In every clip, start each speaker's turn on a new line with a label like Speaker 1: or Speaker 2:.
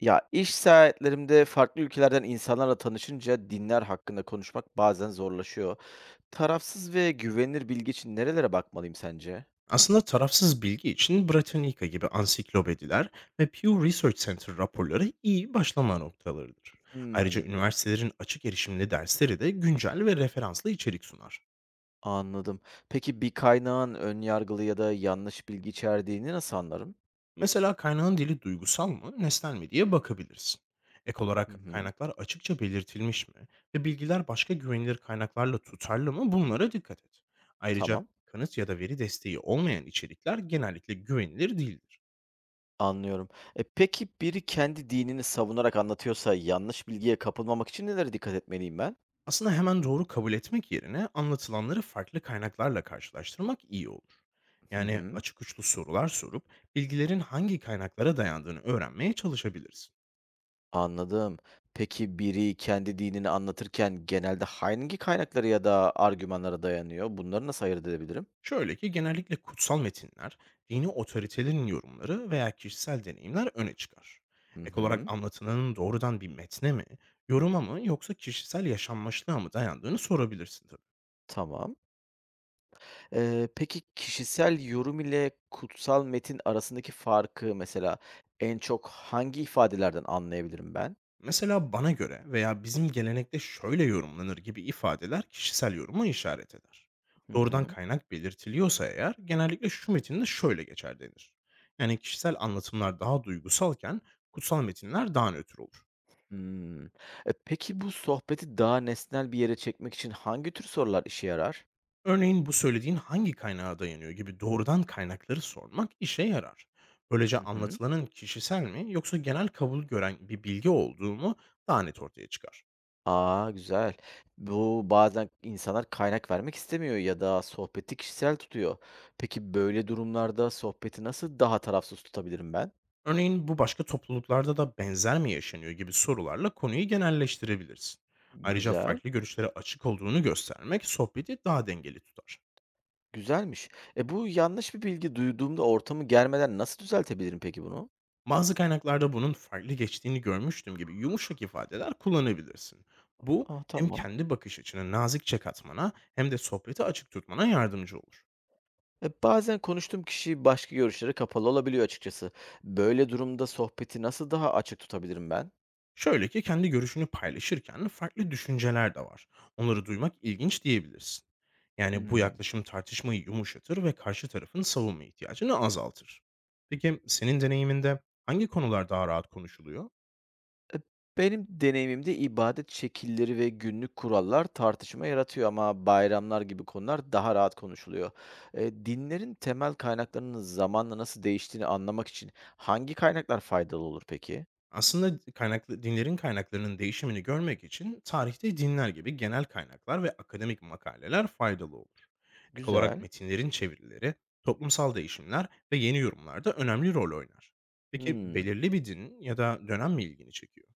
Speaker 1: Ya, iş seyahatlerimde farklı ülkelerden insanlarla tanışınca dinler hakkında konuşmak bazen zorlaşıyor. Tarafsız ve güvenilir bilgi için nerelere bakmalıyım sence?
Speaker 2: Aslında tarafsız bilgi için Britannica gibi ansiklopediler ve Pew Research Center raporları iyi başlama noktalarıdır. Ayrıca
Speaker 1: Hmm,
Speaker 2: üniversitelerin açık erişimli dersleri de güncel ve referanslı içerik sunar.
Speaker 1: Anladım. Peki bir kaynağın ön yargılı ya da yanlış bilgi içerdiğini nasıl anlarım?
Speaker 2: Mesela kaynağın dili duygusal mı, nesnel mi diye bakabilirsin. Ek
Speaker 1: Hı
Speaker 2: olarak
Speaker 1: hı,
Speaker 2: kaynaklar açıkça belirtilmiş mi ve bilgiler başka güvenilir kaynaklarla tutarlı mı, bunlara dikkat et. Ayrıca
Speaker 1: tamam.
Speaker 2: kanıt ya da veri desteği olmayan içerikler genellikle güvenilir değildir.
Speaker 1: Anlıyorum. E peki biri kendi dinini savunarak anlatıyorsa yanlış bilgiye kapılmamak için nelere dikkat etmeliyim ben?
Speaker 2: Aslında hemen doğru kabul etmek yerine anlatılanları farklı kaynaklarla karşılaştırmak iyi olur.
Speaker 1: Hı
Speaker 2: Yani
Speaker 1: hı.
Speaker 2: açık uçlu sorular sorup bilgilerin hangi kaynaklara dayandığını öğrenmeye çalışabiliriz.
Speaker 1: Anladım. Peki biri kendi dinini anlatırken genelde hangi kaynaklara ya da argümanlara dayanıyor? Bunları nasıl ayırt edebilirim?
Speaker 2: Şöyle ki, genellikle kutsal metinler, dini otoritelerin yorumları veya kişisel deneyimler öne çıkar.
Speaker 1: Hı
Speaker 2: Ek olarak
Speaker 1: hı.
Speaker 2: anlatılanın doğrudan bir metne mi, yoruma mı, yoksa kişisel yaşanmışlığa mı dayandığını sorabilirsin tabii.
Speaker 1: Tamam. Peki kişisel yorum ile kutsal metin arasındaki farkı mesela en çok hangi ifadelerden anlayabilirim ben?
Speaker 2: Mesela "bana göre" veya "bizim gelenekte şöyle yorumlanır" gibi ifadeler kişisel yoruma işaret eder.
Speaker 1: Hı
Speaker 2: Doğrudan
Speaker 1: hı.
Speaker 2: kaynak belirtiliyorsa eğer, genellikle "şu metinde şöyle geçer" denir. Yani kişisel anlatımlar daha duygusalken, kutsal metinler daha nötr olur.
Speaker 1: Hmm. Peki bu sohbeti daha nesnel bir yere çekmek için hangi tür sorular işe yarar?
Speaker 2: Örneğin "bu söylediğin hangi kaynağa dayanıyor" gibi doğrudan kaynakları sormak işe yarar. Böylece
Speaker 1: Hı hı.
Speaker 2: anlatılanın kişisel mi, yoksa genel kabul gören bir bilgi olduğu mu daha net ortaya çıkar.
Speaker 1: A! Güzel. Bu bazen insanlar kaynak vermek istemiyor ya da sohbeti kişisel tutuyor. Peki böyle durumlarda sohbeti nasıl daha tarafsız tutabilirim ben?
Speaker 2: Örneğin "bu başka topluluklarda da benzer mi yaşanıyor" gibi sorularla konuyu genelleştirebilirsin. Ayrıca
Speaker 1: Güzel,
Speaker 2: farklı görüşlere açık olduğunu göstermek sohbeti daha dengeli tutar.
Speaker 1: güzelmiş. Bu yanlış bir bilgi duyduğumda ortamı germeden nasıl düzeltebilirim peki bunu?
Speaker 2: "Bazı kaynaklarda bunun farklı geçtiğini görmüştüm" gibi yumuşak ifadeler kullanabilirsin. Bu
Speaker 1: A,
Speaker 2: hem
Speaker 1: tamam.
Speaker 2: kendi bakış açını nazikçe katmana, hem de sohbeti açık tutmana yardımcı olur.
Speaker 1: Bazen konuştuğum kişi başka görüşlere kapalı olabiliyor açıkçası. Böyle durumda sohbeti nasıl daha açık tutabilirim ben?
Speaker 2: Şöyle ki, kendi görüşünü paylaşırken "farklı düşünceler de var. Onları duymak ilginç" diyebilirsin. Yani bu
Speaker 1: Hımm.
Speaker 2: yaklaşım tartışmayı yumuşatır ve karşı tarafın savunma ihtiyacını azaltır. Peki senin deneyiminde hangi konular daha rahat konuşuluyor?
Speaker 1: Benim deneyimimde ibadet şekilleri ve günlük kurallar tartışma yaratıyor ama bayramlar gibi konular daha rahat konuşuluyor. Dinlerin temel kaynaklarının zamanla nasıl değiştiğini anlamak için hangi kaynaklar faydalı olur peki?
Speaker 2: Aslında dinlerin kaynaklarının değişimini görmek için "Tarihte Dinler" gibi genel kaynaklar ve akademik makaleler faydalı olur. Ek olarak
Speaker 1: Güzel.
Speaker 2: metinlerin çevirileri, toplumsal değişimler ve yeni yorumlar da önemli rol oynar. Peki
Speaker 1: Hmm.
Speaker 2: belirli bir din ya da dönem mi ilgini çekiyor?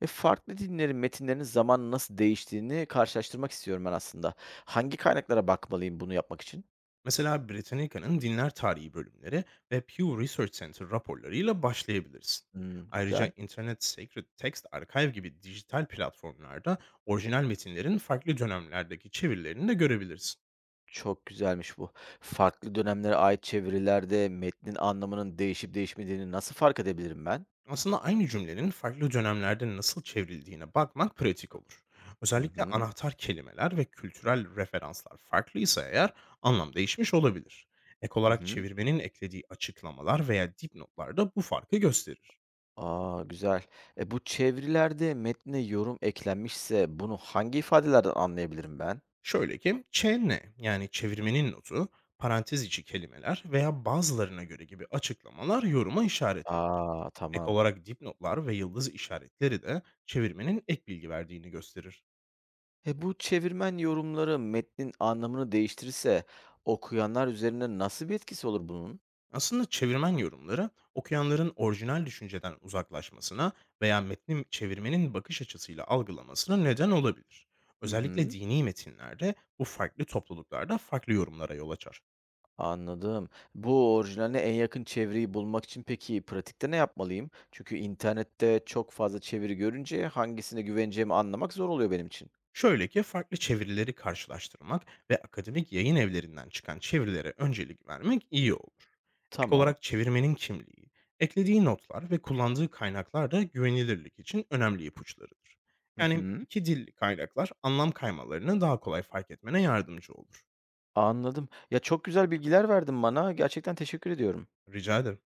Speaker 1: Farklı dinlerin metinlerinin zamanla nasıl değiştiğini karşılaştırmak istiyorum ben aslında. Hangi kaynaklara bakmalıyım bunu yapmak için?
Speaker 2: Mesela Britannica'nın Dinler Tarihi bölümleri ve Pew Research Center raporlarıyla başlayabilirsin.
Speaker 1: Hmm,
Speaker 2: Ayrıca
Speaker 1: güzel.
Speaker 2: Internet Sacred Text Archive gibi dijital platformlarda orijinal metinlerin farklı dönemlerdeki çevirilerini de görebilirsin.
Speaker 1: Çok güzelmiş bu. Farklı dönemlere ait çevirilerde metnin anlamının değişip değişmediğini nasıl fark edebilirim ben?
Speaker 2: Aslında aynı cümlenin farklı dönemlerde nasıl çevrildiğine bakmak pratik olur.
Speaker 1: Hı
Speaker 2: Özellikle
Speaker 1: hı.
Speaker 2: anahtar kelimeler ve kültürel referanslar farklıysa eğer, anlam değişmiş olabilir. Ek
Speaker 1: Hı
Speaker 2: olarak
Speaker 1: hı.
Speaker 2: çevirmenin eklediği açıklamalar veya dipnotlar da bu farkı gösterir.
Speaker 1: A, güzel. Bu çevirilerde metne yorum eklenmişse bunu hangi ifadelerden anlayabilirim ben?
Speaker 2: Şöyle ki, yani çevirmenin notu, parantez içi kelimeler veya "bazılarına göre" gibi açıklamalar yoruma işaret eder.
Speaker 1: Aa,
Speaker 2: Ek
Speaker 1: tamam.
Speaker 2: olarak dipnotlar ve yıldız işaretleri de çevirmenin ek bilgi verdiğini gösterir.
Speaker 1: Bu çevirmen yorumları metnin anlamını değiştirirse okuyanlar üzerine nasıl bir etkisi olur bunun?
Speaker 2: Aslında çevirmen yorumları, okuyanların orijinal düşünceden uzaklaşmasına veya metni çevirmenin bakış açısıyla algılamasına neden olabilir.
Speaker 1: Hı
Speaker 2: Özellikle
Speaker 1: hı.
Speaker 2: dini metinlerde bu, farklı topluluklarda farklı yorumlara yol açar.
Speaker 1: Anladım. Bu orijinaline en yakın çeviriyi bulmak için peki pratikte ne yapmalıyım? Çünkü internette çok fazla çeviri görünce hangisine güveneceğimi anlamak zor oluyor benim için.
Speaker 2: Şöyle ki, farklı çevirileri karşılaştırmak ve akademik yayın evlerinden çıkan çevirilere öncelik vermek iyi olur. Ek
Speaker 1: Tamam.
Speaker 2: olarak çevirmenin kimliği, eklediği notlar ve kullandığı kaynaklar da güvenilirlik için önemli ipuçlarıdır.
Speaker 1: Hı
Speaker 2: Yani
Speaker 1: hı.
Speaker 2: iki dilli kaynaklar, anlam kaymalarını daha kolay fark etmene yardımcı olur.
Speaker 1: Anladım. Ya, çok güzel bilgiler verdin bana. Gerçekten teşekkür ediyorum.
Speaker 2: Rica ederim.